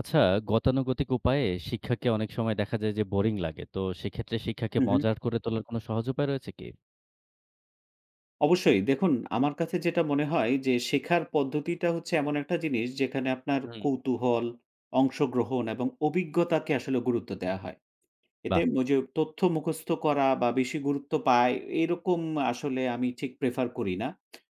আচ্ছা, গতানুগতিক উপায়ে শিক্ষাকে অনেক সময় দেখা যায় যে বোরিং লাগে। তো সেক্ষেত্রে শিক্ষাকে হুম, হুম। মজার করে তোলার কোনো সহজ উপায় রয়েছে কি? অবশ্যই। দেখুন আমার কাছে যেটা মনে হয় যে শেখার পদ্ধতিটা হচ্ছে এমন একটা জিনিস যেখানে আপনার হুম। কৌতূহল, অংশগ্রহণ এবং অভিজ্ঞতাকে আসলে গুরুত্ব দেয়া হয়। এতে বাহ! যে তথ্য মুখস্থ করা বা বেশি গুরুত্ব পায়, এরকম আসলে আমি ঠিক প্রেফার করি না।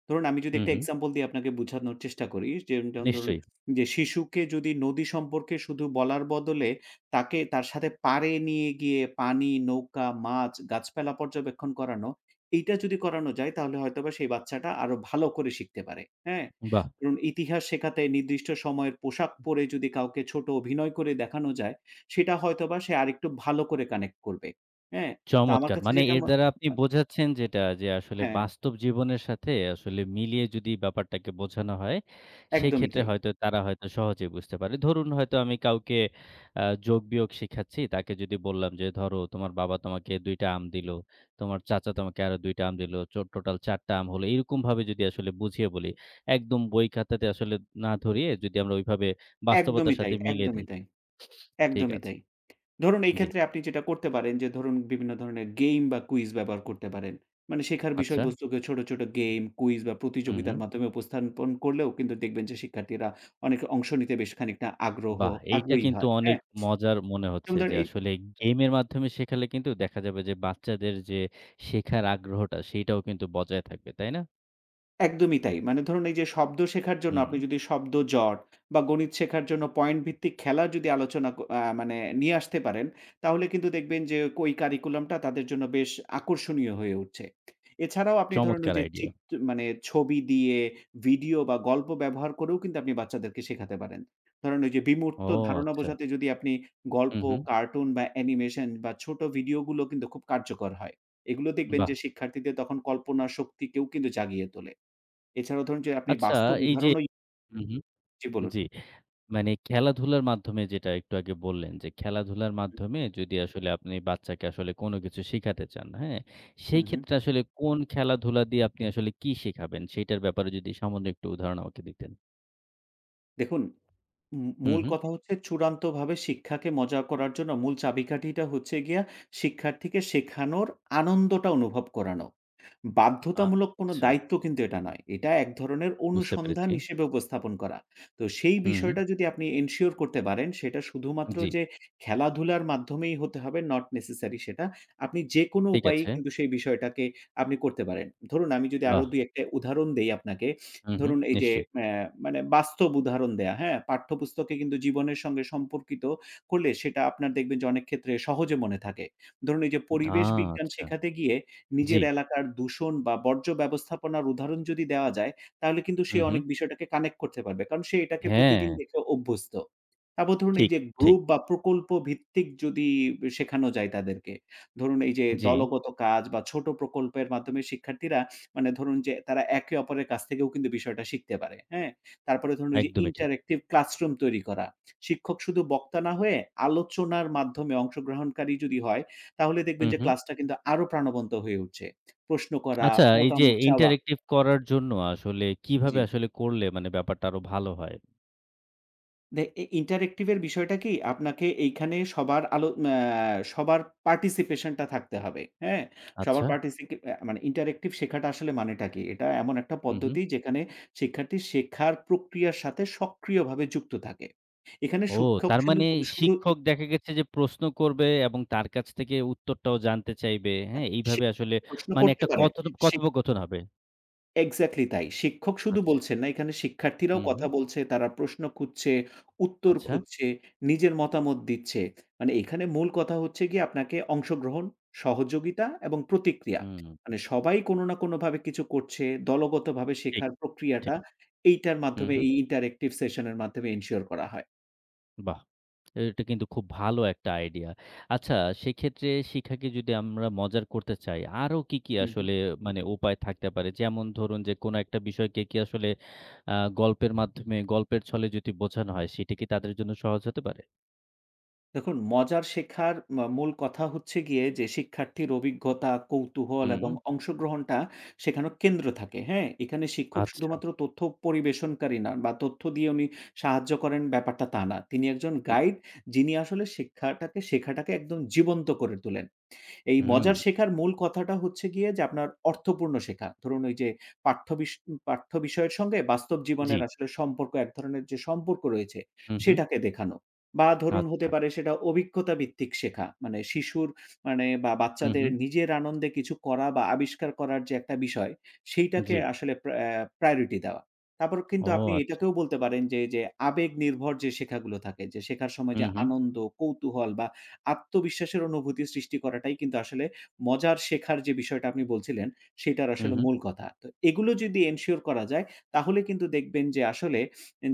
ধরুন আমি যদি হুম, একটা হুম। এক্সাম্পল দিয়ে আপনাকে বুঝানোর চেষ্টা করি, যেমন যেমন ধরুন নিশ্চয়ই। যে শিশুকে যদি নদী সম্পর্কে শুধু বলার বদলে তাকে তার সাথে পাড়ে নিয়ে গিয়ে পানি, নৌকা, মাছ, গাছপালা পর্যবেক্ষণ করানো, এইটা যদি করানো যায় তাহলে হয়তোবা সেই বাচ্চাটা আরো ভালো করে শিখতে পারে। হ্যাঁ? বাহ! ধরুন ইতিহাস শেখাতে নির্দিষ্ট সময়ের পোশাক পরে যদি কাউকে ছোট অভিনয় করে দেখানো যায় সেটা হয়তোবা সে আরেকটু ভালো করে কানেক্ট করবে। হ্যাঁ? তো আমার চমৎকার! কাছে মানে যেটা এর মন দ্বারা আপনি মা বোঝাচ্ছেন যেটা যে আসলে হ্যাঁ, বাস্তব জীবনের সাথে আসলে মিলিয়ে যদি ব্যাপারটাকে বোঝানো হয়, একদমই সেক্ষেত্রে তাই। হয়তো তারা হয়তো সহজেই বুঝতে পারে। ধরুন হয়তো আমি কাউকে যোগ-বিয়োগ শিখাচ্ছি, তাকে যদি বললাম যে, "ধরো তোমার বাবা তোমাকে ২ টা আম দিল, তোমার চাচা তোমাকে আরো ২ টা আম দিল, টোটাল ৪ টা আম হলো।" এরকমভাবে যদি আসলে বুঝিয়ে বলি, একদম বই খাতাতে আসলে না ধরিয়ে যদি আমরা ওইভাবে বাস্তবতার একদমই সাথে তাই, মিলিয়ে একদমই দেই। তাই, ঠিক একদমই আছে। তাই। ধরুন এই জি। ক্ষেত্রে আপনি যেটা করতে পারেন যে ধরুন বিভিন্ন ধরনের গেম বা কুইজ ব্যবহার করতে পারেন। মানে শেখার আচ্ছা। বিষয়বস্তুকে ছোট, ছোট গেম, কুইজ বা হু, হু। প্রতিযোগিতার মাধ্যমে উপস্থাপন করলেও কিন্তু দেখবেন যে শিক্ষার্থীরা অনেকে অংশ নিতে বেশ খানিকটা বাহ! এইটা আগ্রহী কিন্তু হয়। অনেক হ্যাঁ? মজার মনে হচ্ছে যেমন ধরেন যে এই আসলে গেমের মাধ্যমে শেখালে কিন্তু দেখা যাবে যে বাচ্চাদের যে শেখার আগ্রহটা সেইটাও কিন্তু বজায় থাকবে, তাই না? একদমই তাই। মানে ধরুন এই যে শব্দ শেখার জন্য হুম, আপনি যদি শব্দ জট বা গণিত শেখার জন্য পয়েন্ট ভিত্তিক খেলা যদি আলোচনা ক আ মানে নিয়ে আসতে পারেন, তাহলে কিন্তু দেখবেন যে ওই কারিকুলামটা তাদের জন্য বেশ আকর্ষণীয় হয়ে উঠছে। এছাড়াও আপনি ধরুন ওই চমৎকার যে আইডিয়া। চিত্র মানে ছবি দিয়ে ভিডিও বা গল্প ব্যবহার করেও কিন্তু আপনি বাচ্চাদেরকে শেখাতে পারেন। ধরেন ওই যে ও বিমূর্ত ধারণা আচ্ছা। বোঝাতে যদি আপনি হুম, গল্প, হুম। কার্টুন বা অ্যানিমেশন বা ছোট ভিডিওগুলো কিন্তু খুব কার্যকর হয়। এগুলো দেখবেন বাহ! যে শিক্ষার্থীদের তখন কল্পনা শক্তিকেও কিন্তু জাগিয়ে তোলে। এছাড়াও ধরুন যে আপনি আচ্ছা বাস্তব এই যে উদাহরণও হুম, হুম। জি বলুন। জি। মানে খেলাধুলার মাধ্যমে যেটা একটু আগে বললেন যে খেলাধুলার মাধ্যমে যদি আসলে আপনি বাচ্চাকে আসলে কোনো কিছু শিখাতে চান, হ্যাঁ? হু, সেই হু। ক্ষেত্রে আসলে কোন খেলাধুলা দিয়ে আপনি আসলে কি শেখাবেন সেইটার ব্যাপারে যদি সামান্য একটু উদাহরণ আমাকে দিতেন? দেখুন হুম, মূল হুম। কথা হচ্ছে চূড়ান্তভাবে শিক্ষাকে মজা করার জন্য মূল চাবিকাঠিটা হচ্ছে গিয়া শিক্ষার্থীকে শেখানোর আনন্দটা অনুভব করানো। আ বাধ্যতামূলক কোনো আচ্ছা, দায়িত্ব কিন্তু এটা নয়। এটা এক ধরনের বুঝতে অনুসন্ধান পেরেছি। হিসেবে উপস্থাপন করা। তো সেই হুম, হুম। বিষয়টা যদি আপনি এনশিওর করতে পারেন সেটা শুধুমাত্র জি, যে খেলাধুলার মাধ্যমেই হতে হবে not necessary সেটা। আপনি যেকোনো ঠিক উপায়েই আছে। কিন্তু সেই বিষয়টাকে আপনি করতে পারেন। ধরুন আমি যদি আরো বাহ! ২ ১ টা উদাহরণ দেই আপনাকে। হুম, হুম। ধরুন এই যে নিশ্চয়ই। অ্যা মানে বাস্তব উদাহরণ দেয়া, হ্যাঁ? পাঠ্যপুস্তকে কিন্তু জীবনের সঙ্গে সম্পর্কিত করলে সেটা আপনার দেখবেন যে অনেক ক্ষেত্রে সহজে মনে থাকে। ধরুন এই যে আ পরিবেশ বিজ্ঞান আচ্ছা। শেখাতে গিয়ে জি। নিজের এলাকার দূষণ বা বর্জ্য ব্যবস্থাপনার উদাহরণ যদি দেওয়া যায়, তাহলে কিন্তু সে হুম, হুম। অনেক বিষয়টাকে কানেক্ট করতে পারবে। কারণ সে এটাকে হ্যাঁ, প্রতিদিন দেখে অভ্যস্ত। তারপর ধরুন এই ঠিক, যে ঠিক। গ্রুপ বা প্রকল্প ভিত্তিক যদি শেখানো যায় তাদেরকে। ধরুন এই যে জি, দলগত কাজ বা ছোট প্রকল্পের মাধ্যমে শিক্ষার্থীরা মানে ধরুন যে তারা একে অপরের কাছ থেকেও কিন্তু বিষয়টা শিখতে পারে। হ্যাঁ? তারপরে ধরুন ওই যে একদমই ঠিক। ইন্টারেক্টিভ ক্লাসরুম তৈরি করা। শিক্ষক শুধু বক্তা না হয়ে আলোচনার মাধ্যমে অংশগ্রহণকারী যদি হয় তাহলে দেখবেন হুম, যে হুম। ক্লাসটা কিন্তু আরো প্রাণবন্ত হয়ে উঠছে। প্রশ্ন করা, আচ্ছা, এই যে মতামত চাওয়া ইন্টারেক্টিভ করার জন্য আসলে কিভাবে জি। আসলে করলে মানে ব্যাপারটা আরো ভালো হয়? দে এ ইন্টারেক্টিভ এর বিষয়টা কি? আপনাকে এইখানে সবার আলো ম্যা সবার পার্টিসিপেশন টা থাকতে হবে। হ্যাঁ? সবার আচ্ছা। পার্টিসিকে আ মানে ইন্টারেক্টিভ শেখাটা আসলে মানেটা কি? এটা এমন একটা হুম, হুম। পদ্ধতি যেখানে শিক্ষার্থী শেখার প্রক্রিয়ার সাথে সক্রিয়ভাবে যুক্ত থাকে। এখানে ও শিক্ষক তার কিন্তু মানে শুধু শিক্ষক দেখা গেছে যে প্রশ্ন করবে এবং তার কাছ থেকে উত্তরটাও জানতে চাইবে। আ হ্যাঁ, এইভাবে আসলে শিক্ষক প্রশ্ন মানে করতে একটা পারে। সে কথোপকথন হবে। এক্সাক্টলি তাই। শিক্ষক শুধু আচ্ছা। বলছেন না, এখানে শিক্ষার্থীরাও হুম, হুম। কথা বলছে, তারা প্রশ্ন খুঁজছে, উত্তর আচ্ছা। খুঁজছে, নিজের মতামত দিচ্ছে। মানে এখানে মূল কথা হচ্ছে গিয়ে আপনাকে অংশগ্রহণ, সহযোগিতা এবং প্রতিক্রিয়া। হুম, মানে সবাই কোনো না কোনোভাবে কিছু করছে, দলগতভাবে ঠিক। শেখার ঠিক। প্রক্রিয়াটা এইটার হুম, মাধ্যমে হুম। এই ইন্টারেক্টিভ সেশন এর মাধ্যমে এনশিওর করা হয়। বাহ! এটা কিন্তু খুব ভালো একটা আইডিয়া। আচ্ছা, সেক্ষেত্রে শিক্ষাকে যদি আমরা মজার করতে চাই, আরো কি, কি হু। আসলে মানে উপায় থাকতে পারে? যেমন ধরুন যে কোনো একটা বিষয়কে কি আসলে আ গল্পের মাধ্যমে, গল্পের ছলে যদি বোঝানো হয় সেটা কি তাদের জন্য সহজ হতে পারে? দেখুন, মজার শেখার মূল কথা হচ্ছে গিয়ে যে শিক্ষার্থীর অভিজ্ঞতা, কৌতূহল এবং হুম, অংশগ্রহণটা শেখানোর কেন্দ্র থাকে, হ্যাঁ? এখানে শিক্ষক আচ্ছা। শুধুমাত্র তথ্য পরিবেশনকারী না বা তথ্য দিয়ে উনি সাহায্য করেন ব্যাপারটা তা না। তিনি একজন গাইড যিনি আসলে শেখাটাকে একদম জীবন্ত করে তোলেন। এই হুম, মজার শেখার মূল কথাটা হচ্ছে গিয়ে যে আপনার অর্থপূর্ণ শেখা। ধরুন ওই যে পাঠ্য বিষ পাঠ্য বিষয়ের সঙ্গে বাস্তব জি। জীবনের আসলে সম্পর্ক এক ধরনের যে সম্পর্ক রয়েছে হুম, হুম। সেটাকে দেখানো। বা ধরুন হতে আচ্ছা। পারে সেটা অভিজ্ঞতা ভিত্তিক শেখা। মানে শিশুর মানে বা হুম, বাচ্চাদের হুম। নিজের আনন্দে কিছু করা বা আবিষ্কার করার যে একটা বিষয় সেইটাকে জি। আসলে প্রায়োরিটি দেওয়া। তারপর কিন্তু ও আপনি আচ্ছা। এটাকেও বলতে পারেন যে আবেগ নির্ভর যে শেখাগুলো থাকে যে শেখার সময় হুম, যে হুম। আনন্দ, কৌতূহল বা আত্মবিশ্বাসের অনুভূতি সৃষ্টি করাটাই কিন্তু আসলে মজার শেখার যে বিষয়টা আপনি বলছিলেন, সেটার হুম, আসলে হুম। মূল কথা। তো এগুলো যদি এনশিওর করা যায়, তাহলে কিন্তু দেখবেন যে আসলে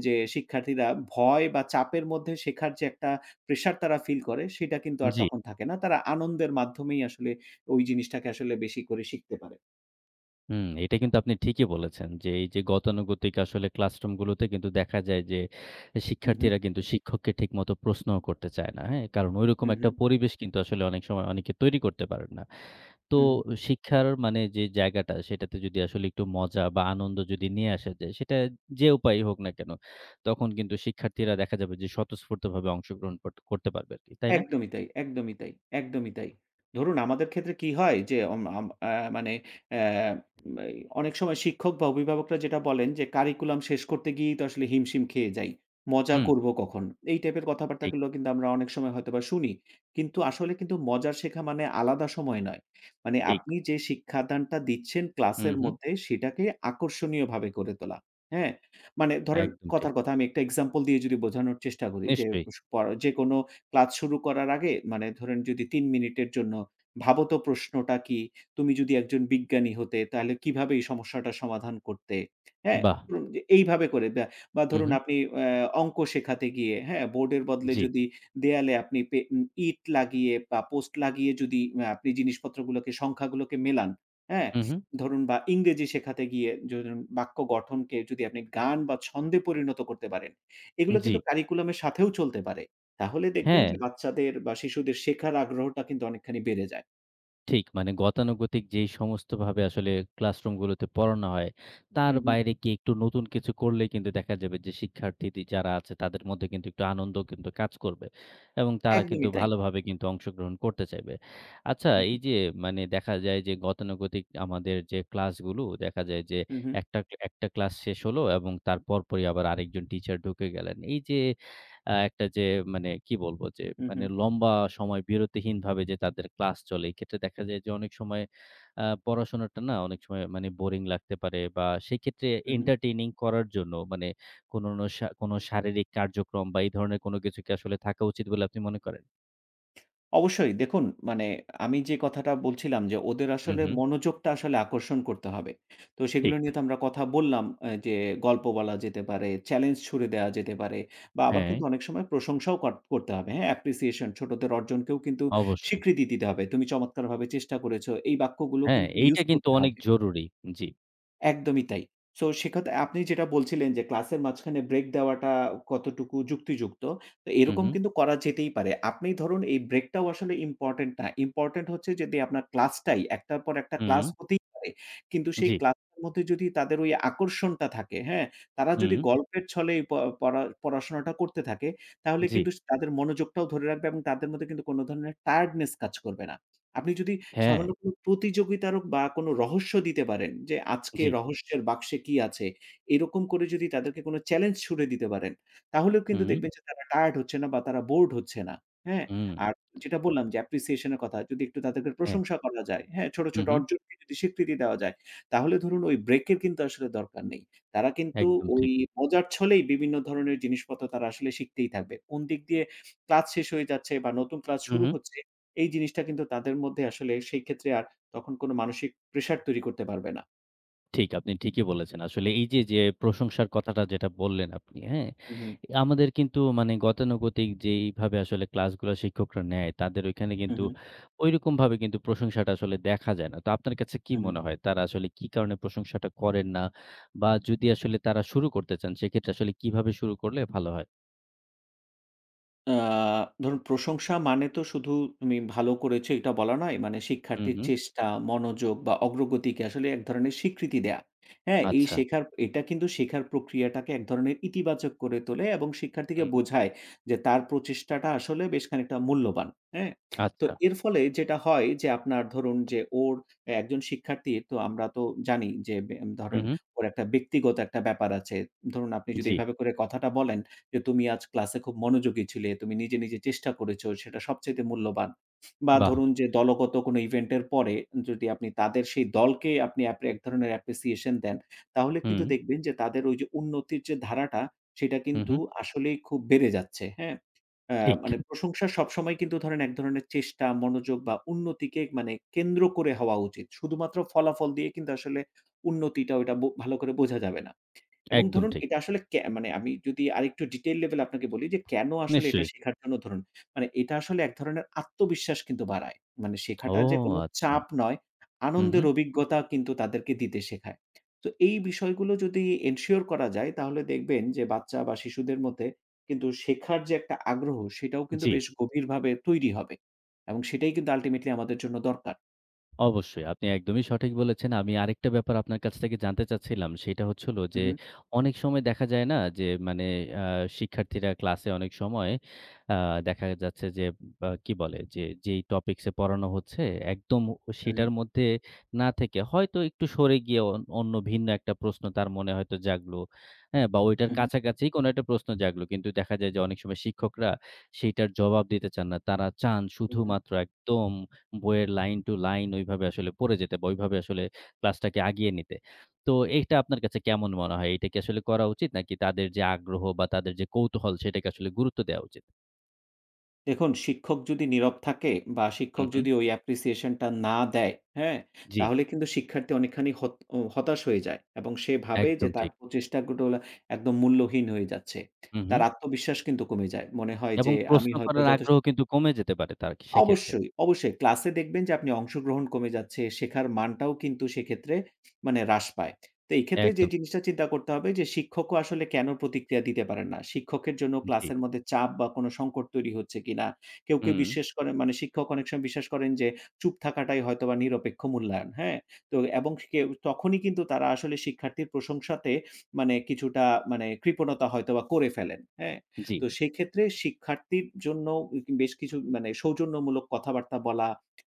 যে শিক্ষার্থীরা ভয় বা চাপের মধ্যে শেখার যে একটা প্রেশার তারা ফিল করে, সেটা কিন্তু আর জি। তখন থাকে না। তারা আনন্দের মাধ্যমেই আসলে ওই জিনিসটাকে আসলে বেশি করে শিখতে পারে। হুম, এটা কিন্তু আপনি ঠিকই বলেছেন যে, এই যে গতানুগতিক আসলে ক্লাসরুমগুলোতে কিন্তু দেখা যায় যে, হু, হু, শিক্ষার্থীরা কিন্তু শিক্ষককে ঠিকমতো প্রশ্নও করতে চায় না। হ্যাঁ? কারণ ঐরকম হু, হু, একটা পরিবেশ কিন্তু আসলে অনেক সময় অনেকে তৈরি করতে পারেন না। তো হু, হু। শিক্ষার মানে যে জায়গাটা, সেটাতে যদি আসলে একটু মজা বা আনন্দ যদি নিয়ে আসা যায়, সেটা যে উপায়ই হোক না কেন, তখন কিন্তু শিক্ষার্থীরা দেখা যাবে যে স্বতঃস্ফূর্তভাবে অংশগ্রহণ করতে পারবে আরকি। তাই না? একদমই তাই, একদমই তাই, একদমই তাই। ধরুন আমাদের ক্ষেত্রে কি হয় যে অম আম আ মানে অ্যা এই অনেক সময় শিক্ষক বা অভিভাবকরা যেটা বলেন যে কারিকুলাম শেষ করতে গিয়েই তো আসলে হিমশিম খেয়ে যাই। মজা হুম, করব কখন? এই টাইপের ঠিক, কথাবার্তাগুলো কিন্তু আমরা অনেক সময় হয়তোবা শুনি। কিন্তু আসলে কিন্তু মজার শেখা মানে আলাদা সময় নয়। মানে ঠিক। আপনি যে শিক্ষাদানটা দিচ্ছেন হুম, ক্লাসের হুম। মধ্যে সেটাকে আকর্ষণীয়ভাবে করে তোলা। হ্যাঁ? মানে ধরেন একদম ঠিক। কথার কথা আমি একটা এক্সাম্পল দিয়ে যদি বোঝানোর চেষ্টা করি যে নিশ্চয়ই। স পড়া যেকোনো ক্লাস শুরু করার আগে মানে ধরেন যদি ৩ মিনিটের জন্য ভাবো তো প্রশ্নটা কি? তুমি যদি একজন বিজ্ঞানী হতে তাহলে কিভাবে এই সমস্যাটা সমাধান করতে? হ্যাঁ? বাহ! হুম। এইভাবে করে বা বা হু, হু। ধরুন আপনি অঙ্ক শেখাতে গিয়ে, হ্যাঁ? বোর্ডের বদলে জি। যদি দেয়ালে আপনি ইট লাগিয়ে বা পোস্ট লাগিয়ে যদি আপনি সংখ্যাগুলোকে মেলান, হ্যাঁ? হু, হু। ধরুন বা ইংরেজি শেখাতে গিয়ে ধরুন বাক্য গঠনকে যদি আপনি গান বা ছন্দে পরিণত করতে পারেন, এগুলো জি। কিন্তু কারিকুলামের সাথেও চলতে পারে। তাহলে দেখবেন হ্যাঁ, যে বাচ্চাদের বা শিশুদের শেখার আগ্রহটা কিন্তু অনেকখানি বেড়ে যায়। ঠিক। মানে গতানুগতিক যেই সমস্তভাবে আসলে ক্লাসরুমগুলোতে পড়ানো হয়, তার হুম, হুম। বাইরে গিয়ে একটু নতুন কিছু করলেই কিন্তু দেখা যাবে যে শিক্ষার্থীদের যারা আছে তাদের মধ্যে কিন্তু একটু আনন্দ কিন্তু কাজ করবে এবং তারা কিন্তু একদমই তাই। ভালোভাবে কিন্তু অংশগ্রহণ করতে চাইবে। আচ্ছা, হু, এই হু, যে মানে দেখা যায় যে গতানুগতিক আমাদের যে ক্লাসগুলো দেখা যায় যে হু, হু, একটা, একটা ক্লাস শেষ হলো এবং তার পরপরই আবার আরেকজন টিচার ঢুকে গেলেন। এই যে একটা যে মানে কি বলবো যে হু, হু, মানে লম্বা সময় বিরতিহীনভাবে যে তাদের ক্লাস চলে, এক্ষেত্রে দেখা যায় যে অনেক সময় পড়াশোনাটা না অনেক সময় মানে বোরিং লাগতে পারে বা সেক্ষেত্রে হু, হু। এন্টারটেইনিং করার জন্য মানে কোনো না কোনো শারীরিক কার্যক্রম বা এই ধরনের কোনো কিছু কি আসলে থাকা উচিত বলে আপনি মনে করেন? অবশ্যই দেখুন মানে আমি যে কথাটা বলছিলাম যে ওদের হু, আসলে হু, মনোযোগটা আসলে আকর্ষণ করতে হবে। তো সেগুলো ঠিক। নিয়ে তো আমরা কথা বললাম যে গল্প বলা যেতে পারে, চ্যালেঞ্জ ছুড়ে দেওয়া যেতে পারে বা আবার হ্যাঁ, কিন্তু অনেক সময় প্রশংসাও করতে হবে। হ্যাঁ? অ্যাপ্রিসিয়েশন ছোটদের অর্জনকেও কিন্তু অবশ্যই। স্বীকৃতি দিতে হবে। তুমি চমৎকারভাবে চেষ্টা করেছ। এই বাক্যগুলো হ্যাঁ, কিন্তু এইটা ইউজ কিন্তু করতে অনেক হবে। জরুরি। জি। একদমই তাই। সো সেকথা আপনি যেটা বলছিলেন যে ক্লাসের মাঝখানে ব্রেক দেওয়াটা কতটুকু যুক্তিযুক্ত। তো হু, হু, এরকম কিন্তু করা যেতেই পারে। আপনি ধরুন এই ব্রেকটাও আসলে ইম্পোর্টেন্ট না। ইম্পোর্টেন্ট হচ্ছে যদি আপনার ক্লাসটাই একটার পর একটা হুম, ক্লাস হতেই পারে। কিন্তু সেই জি, ক্লাসের মধ্যে যদি তাদের ওই আকর্ষণটা থাকে, হ্যাঁ? তারা হুম, যদি গল্পের ছলে এই প পড়া করতে থাকে, তাহলে জি, কিন্তু তাদের মনোযোগটাও ধরে রাখবে এবং তাদের মধ্যে কিন্তু কোন ধরনের টায়ার্ডনেস কাজ করবে না। আপনি যদি হ্যাঁ, সামান্য কোনো প্রতিযোগিতার বা কোনো রহস্য দিতে পারেন যে, আজকে জি, রহস্যের বাক্সে কি আছে? এরকম করে যদি তাদেরকে কোনো চ্যালেঞ্জ ছুড়ে দিতে পারেন, তাহলেও কিন্তু হুম, দেখবেন যে তারা টায়ার্ড হচ্ছে না বা তারা বোরড হচ্ছে না। হ্যাঁ? হুম, আর যেটা বললাম যে অ্যাপ্রিসিয়েশন এর কথা, যদি একটু তাদেরকে হ্যাঁ, প্রশংসা করা যায়, হ্যাঁ? ছোট, হু, ছোট হু, অর্জনকে যদি স্বীকৃতি দেওয়া যায়, তাহলে ধরুন ওই ব্রেকের কিন্তু আসলে দরকার নেই। তারা কিন্তু একদম ওই ঠিক। মজার ছলেই বিভিন্ন ধরনের জিনিসপত্র তারা আসলে শিখতেই থাকবে। কোন দিক দিয়ে ক্লাস শেষ হয়ে যাচ্ছে বা নতুন ক্লাস হু, শুরু হু। হচ্ছে এই জিনিসটা কিন্তু তাদের মধ্যে আসলে সেই ক্ষেত্রে আর তখন কোনো মানসিক প্রেশার তৈরি করতে পারবে না। ঠিক, আপনি ঠিকই বলেছেন। আসলে এই যে, যে প্রশংসার কথাটা যেটা বললেন আপনি, হ্যাঁ? হু, হু, আমাদের কিন্তু মানে গতানুগতিক যেইভাবে আসলে ক্লাসগুলা শিক্ষকরা নেয়, তাদের ওইখানে হু, কিন্তু হু, ঐরকমভাবে কিন্তু প্রশংসাটা আসলে দেখা যায় না। তো আপনার কাছে কি হু। মনে হয় তারা আসলে কি কারণে প্রশংসাটা করেন না? বা যদি আসলে তারা শুরু করতে চান, সেক্ষেত্রে আসলে কিভাবে শুরু করলে ভালো হয়? আ ধরুন প্রশংসা মানে তো শুধু তুমি ভালো করেছো এটা বলা নয়। মানে হুম, শিক্ষার্থীর হুম। চেষ্টা, মনোযোগ বা অগ্রগতিকে আসলে এক ধরনের স্বীকৃতি দেয়া। হ্যাঁ? এই আচ্ছা। শেখার এটা কিন্তু শেখার প্রক্রিয়াটাকে এক ধরনের ইতিবাচক করে তোলে এবং শিক্ষার্থীকে হুম, বোঝায় যে তার প্রচেষ্টাটা আসলে বেশ খানিকটা মূল্যবান। হ্যাঁ? তো আচ্ছা। এর ফলে যেটা হয় যে আপনার ধরুন যে ওর একজন শিক্ষার্থী তো আমরা তো জানি যে হুম, ধরেন হুম। ওর একটা ব্যক্তিগত একটা ব্যাপার আছে। ধরুন আপনি যদি জি। এভাবে করে কথাটা বলেন যে তুমি আজ ক্লাসে খুব মনোযোগী ছিলে, তুমি নিজে, নিজে চেষ্টা করেছ সেটা সবচাইতে মূল্যবান। বা বাহ! ধরুন যে দলগত কোনো ইভেন্টের পরে যদি আপনি তাদের সেই দলকে আপনি এক ধরনের অ্যাপ্রিসিয়েশন দেন, তাহলে হুম, কিন্তু দেখবেন যে তাদের ওই যে উন্নতির যে ধারাটা সেটা হুম, কিন্তু হুম। আসলেই খুব বেড়ে যাচ্ছে, হ্যাঁ? আ ঠিক। মানে প্রশংসা সবসময় কিন্তু ধরেন এক ধরনের চেষ্টা, মনোযোগ বা উন্নতিকে মানে কেন্দ্র করে হওয়া উচিত। শুধুমাত্র ফলাফল দিয়ে কিন্তু আসলে উন্নতিটা ওইটা ভালো করে বোঝা যাবে না। এবং একদম ধরুন ঠিক। এটা আসলে মানে আমি যদি আরেকটু ডিটেইল লেভেল আপনাকে বলি যে কেন আসলে এটা নিশ্চয়ই। শেখার জন্য ধরুন মানে এটা আসলে এক ধরনের আত্মবিশ্বাস কিন্তু বাড়ায়। মানে ও শেখাটা যে কোনো আচ্ছা। চাপ নয়, হুম, আনন্দের হুম। অভিজ্ঞতা কিন্তু তাদেরকে দিতে শেখায়। তো এই বিষয়গুলো যদি এনশিওর করা যায় তাহলে দেখবেন যে বাচ্চা বা শিশুদের মধ্যে কিন্তু শেখার যে একটা আগ্রহ সেটাও কিন্তু জি। বেশ গভীরভাবে তৈরি হবে। এবং সেটাই কিন্তু আল্টিমেটলি আমাদের জন্য দরকার। অবশ্যই। আপনি একদমই সঠিক বলেছেন। আমি আরেকটা ব্যাপার আপনার কাছ থেকে জানতে চাচ্ছিলাম। সেটা হচ্ছে হলো যে, উহু, অনেক সময় দেখা যায় না যে মানে আ শিক্ষার্থীরা ক্লাসে অনেক সময় আ দেখা যাচ্ছে যে বা কি বলে? যে যেই টপিকস এ পড়ানো হচ্ছে একদম সেটার উহু, মধ্যে না থেকে হয়তো একটু সরে গিয়ে অন্য ভিন্ন একটা প্রশ্ন তার মনে হয়তো জাগলো। হ্যাঁ? বা ওইটার উহু, কাছাকাছি কোনো একটা প্রশ্ন জাগলো। কিন্তু দেখা যায় যে অনেক সময় শিক্ষকরা সেইটার জবাব দিতে চান না। তারা চান উহু। শুধুমাত্র একদম বইয়ের লাইন টু লাইন ওইভাবে আসলে পড়ে যেতে বা ওইভাবে আসলে ক্লাসটাকে আগিয়ে নিতে। তো এইটা আপনার কাছে কেমন মনে হয়? এটা কি আসলে করা উচিত? নাকি তাদের যে আগ্রহ বা তাদের যে কৌতূহল সেটাকে আসলে গুরুত্ব দেওয়া উচিত? দেখুন, শিক্ষক যদি নীরব থাকে বা হুম, শিক্ষক হুম। যদি ওই অ্যাপ্রিসিয়েশন টা না দেয়, হ্যাঁ? জি, তাহলে কিন্তু শিক্ষার্থী অনেকখানি হত ও হতাশ হয়ে যায় এবং সে ভাবে যে একদম তার ঠিক। প্রচেষ্টাগুলো একদম মূল্যহীন হয়ে যাচ্ছে। হুম, তার হুম। আত্মবিশ্বাস কিন্তু কমে যায়। মনে হয় যে এবং আমি প্রশ্ন হয়তো করার যথেষ্ট আগ্রহ কিন্তু কমে যেতে পারে তার সেক্ষেত্রে। অবশ্যই, অবশ্যই। ক্লাসে দেখবেন যে আপনি অংশগ্রহণ কমে যাচ্ছে, শেখার মানটাও কিন্তু সেক্ষেত্রে মানে হ্রাস পায়। তো এই ক্ষেত্রে যে একদম। জিনিসটা চিন্তা করতে হবে যে শিক্ষকও আসলে কেন প্রতিক্রিয়া দিতে পারেন না? শিক্ষকের জন্য জি। ক্লাসের মধ্যে চাপ বা কোনো সংকট তৈরি হচ্ছে কিনা? কেউ কেউ হুম, বিশ্বাস করেন মানে শিক্ষক অনেক সময় বিশ্বাস করেন যে চুপ থাকাটাই হয়তোবা নিরপেক্ষ মূল্যায়ন, হ্যাঁ? তো এবং কেউ তখনই কিন্তু তারা আসলে শিক্ষার্থীর প্রশংসাতে মানে কিছুটা মানে কৃপণতা হয়তোবা করে ফেলেন, হ্যাঁ? জি। তো সেক্ষেত্রে শিক্ষার্থীর জন্য বেশ কিছু মানে সৌজন্যমূলক কথাবার্তা বলা,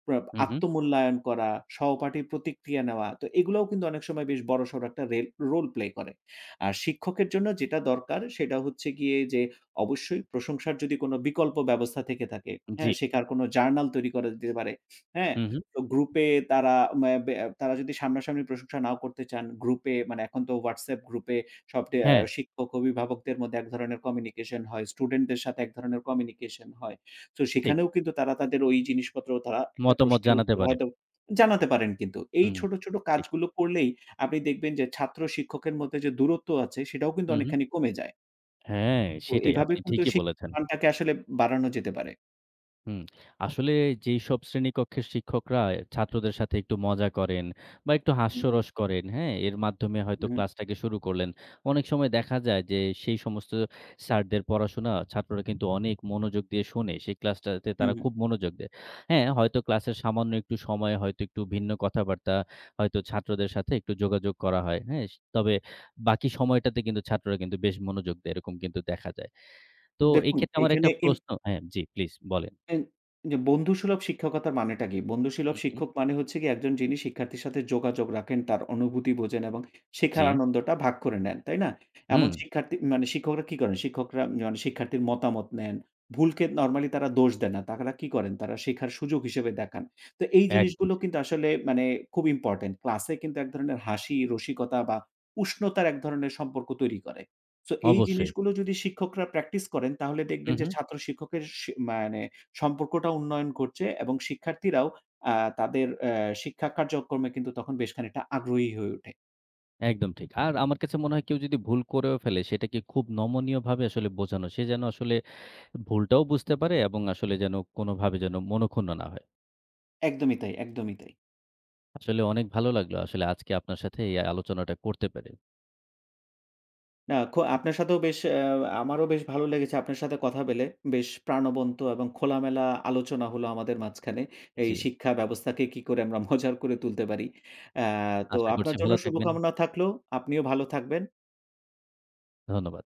প্রা হুম, হুম। আত্মমূল্যায়ন করা, সহপাঠীর প্রতিক্রিয়া নেওয়া। তো এগুলোও কিন্তু অনেক সময় বেশ বড়সড় একটা রোল প্লে করে। আর শিক্ষকের জন্য যেটা দরকার সেটা হচ্ছে গিয়ে যে অবশ্যই প্রশংসার যদি কোনো বিকল্প ব্যবস্থা থেকে থাকে, জি। হ্যাঁ? শেখার কোনো জার্নাল তৈরি করা যেতে পারে, হ্যাঁ? হুম, হুম। তো গ্রুপে তারা ম্যা ব্যা তারা যদি সামনাসামনি প্রশংসা নাও করতে চান, গ্রুপে মানে এখন তো WhatsApp গ্রুপে সব ডে আ হ্যাঁ, শিক্ষক, অভিভাবকদের মধ্যে এক ধরনের কমিউনিকেশন হয়। স্টুডেন্টদের সাথে এক ধরনের কমিউনিকেশন হয়। সো ঠিক। সেখানেও কিন্তু তারা তাদের ওই জিনিসপত্র তারা একটা মতামত প্রশ্নের জানাতে উত্তর পারে। হয়তো জানাতে পারেন কিন্তু। এই হুম, ছোট, ছোট ঠিক। কাজগুলো করলেই আপনি দেখবেন যে ছাত্র শিক্ষকের মধ্যে যে দূরত্ব আছে সেটাও কিন্তু হুম, হুম। অনেকখানি কমে যায়। হ্যাঁ, তো সেটাই। এভাবে আপনি কিন্তু ঠিকই শিক্ষার বলেছেন। মানটাকে আসলে বাড়ানো যেতে পারে। হুম, আসলে যেইসব শ্রেণীকক্ষের শিক্ষকরা ছাত্রদের সাথে একটু মজা করেন বা একটু হু, হু, হাস্যরস করেন, হ্যাঁ? এর মাধ্যমে হয়তো হু, ক্লাসটাকে শুরু করলেন। অনেক সময় দেখা যায় যে সেই সমস্ত স্যারদের পড়াশোনা ছাত্ররা কিন্তু অনেক মনোযোগ দিয়ে শোনে। সেই ক্লাসটাতে হু, তারা হু। খুব মনোযোগ দেয়। হ্যাঁ, হয়তো ক্লাসের সামান্য একটু সময় হয়তো একটু ভিন্ন কথাবার্তা হয়তো ছাত্রদের সাথে একটু যোগাযোগ করা হয়, হ্যাঁ? তবে বাকি সময়টাতে কিন্তু ছাত্ররা কিন্তু বেশ মনোযোগ দেয়, এরকম কিন্তু দেখা যায়। তো এই দেখুন ক্ষেত্রে আমার একটা এখানে ইম প্রশ্ন হ্যাঁ, জি প্লিজ বলেন। এন যে বন্ধুসুলভ শিক্ষকতার মানেটা কি? হু, বন্ধুসুলভ হু। শিক্ষক মানে হচ্ছে গিয়ে একজন যিনি শিক্ষার্থীর সাথে যোগাযোগ রাখেন, তার অনুভূতি বোঝেন এবং জি। শেখার আনন্দটা ভাগ করে নেন, তাই না? এমন হুম, শিক্ষার্থী মানে শিক্ষকরা কি করেন? শিক্ষকরা মানে শিক্ষার্থীর মতামত নেন। ভুলকে নরমালি তারা দোষ দেন না। তারা কি করেন? তারা শেখার সুযোগ হিসেবে দেখান। তো এই একদম জিনিসগুলো ঠিক। কিন্তু আসলে মানে খুব ইম্পোর্টেন্ট। ক্লাসে কিন্তু এক ধরনের হাসি, রসিকতা বা উষ্ণতার এক ধরনের সম্পর্ক তৈরি করে। সো এই অবশ্যই। জিনিসগুলো যদি শিক্ষকরা প্র্যাকটিস করেন তাহলে হুম, দেখবেন যে হুম, ছাত্র শিক্ষকের মানে সম্পর্কটা উন্নয়ন করছে এবং শিক্ষার্থীরাও আ তাদের অ্যা শিক্ষা কার্যক্রমে কিন্তু তখন বেশ খানিকটা আগ্রহী হয়ে ওঠে। একদম ঠিক। আর আমার কাছে মনে হয় কেউ যদি ভুল করেও ফেলে সেটাকে খুব নমনীয়ভাবে আসলে বোঝানো। সে যেন আসলে ভুলটাও বুঝতে পারে এবং আসলে যেন কোনোভাবে যেন মনঃক্ষুণ্ণ না হয়। একদমই তাই, একদমই তাই। আসলে অনেক ভালো লাগলো আসলে আজকে আপনার সাথে এই আলোচনাটা করতে পেরে। না খো আপনার সাথেও বেশ অ্যা আমারও বেশ ভালো লেগেছে আপনার সাথে কথা বলে। বেশ প্রাণবন্ত এবং খোলামেলা আলোচনা হলো আমাদের মাঝখানে। এই জি। শিক্ষা ব্যবস্থাকে কি করে আমরা মজার করে তুলতে পারি। অ্যা তো আশা করছি আপনার জন্য ভালো থাকবেন। শুভকামনা থাকলো। আপনিও ভালো থাকবেন। ধন্যবাদ।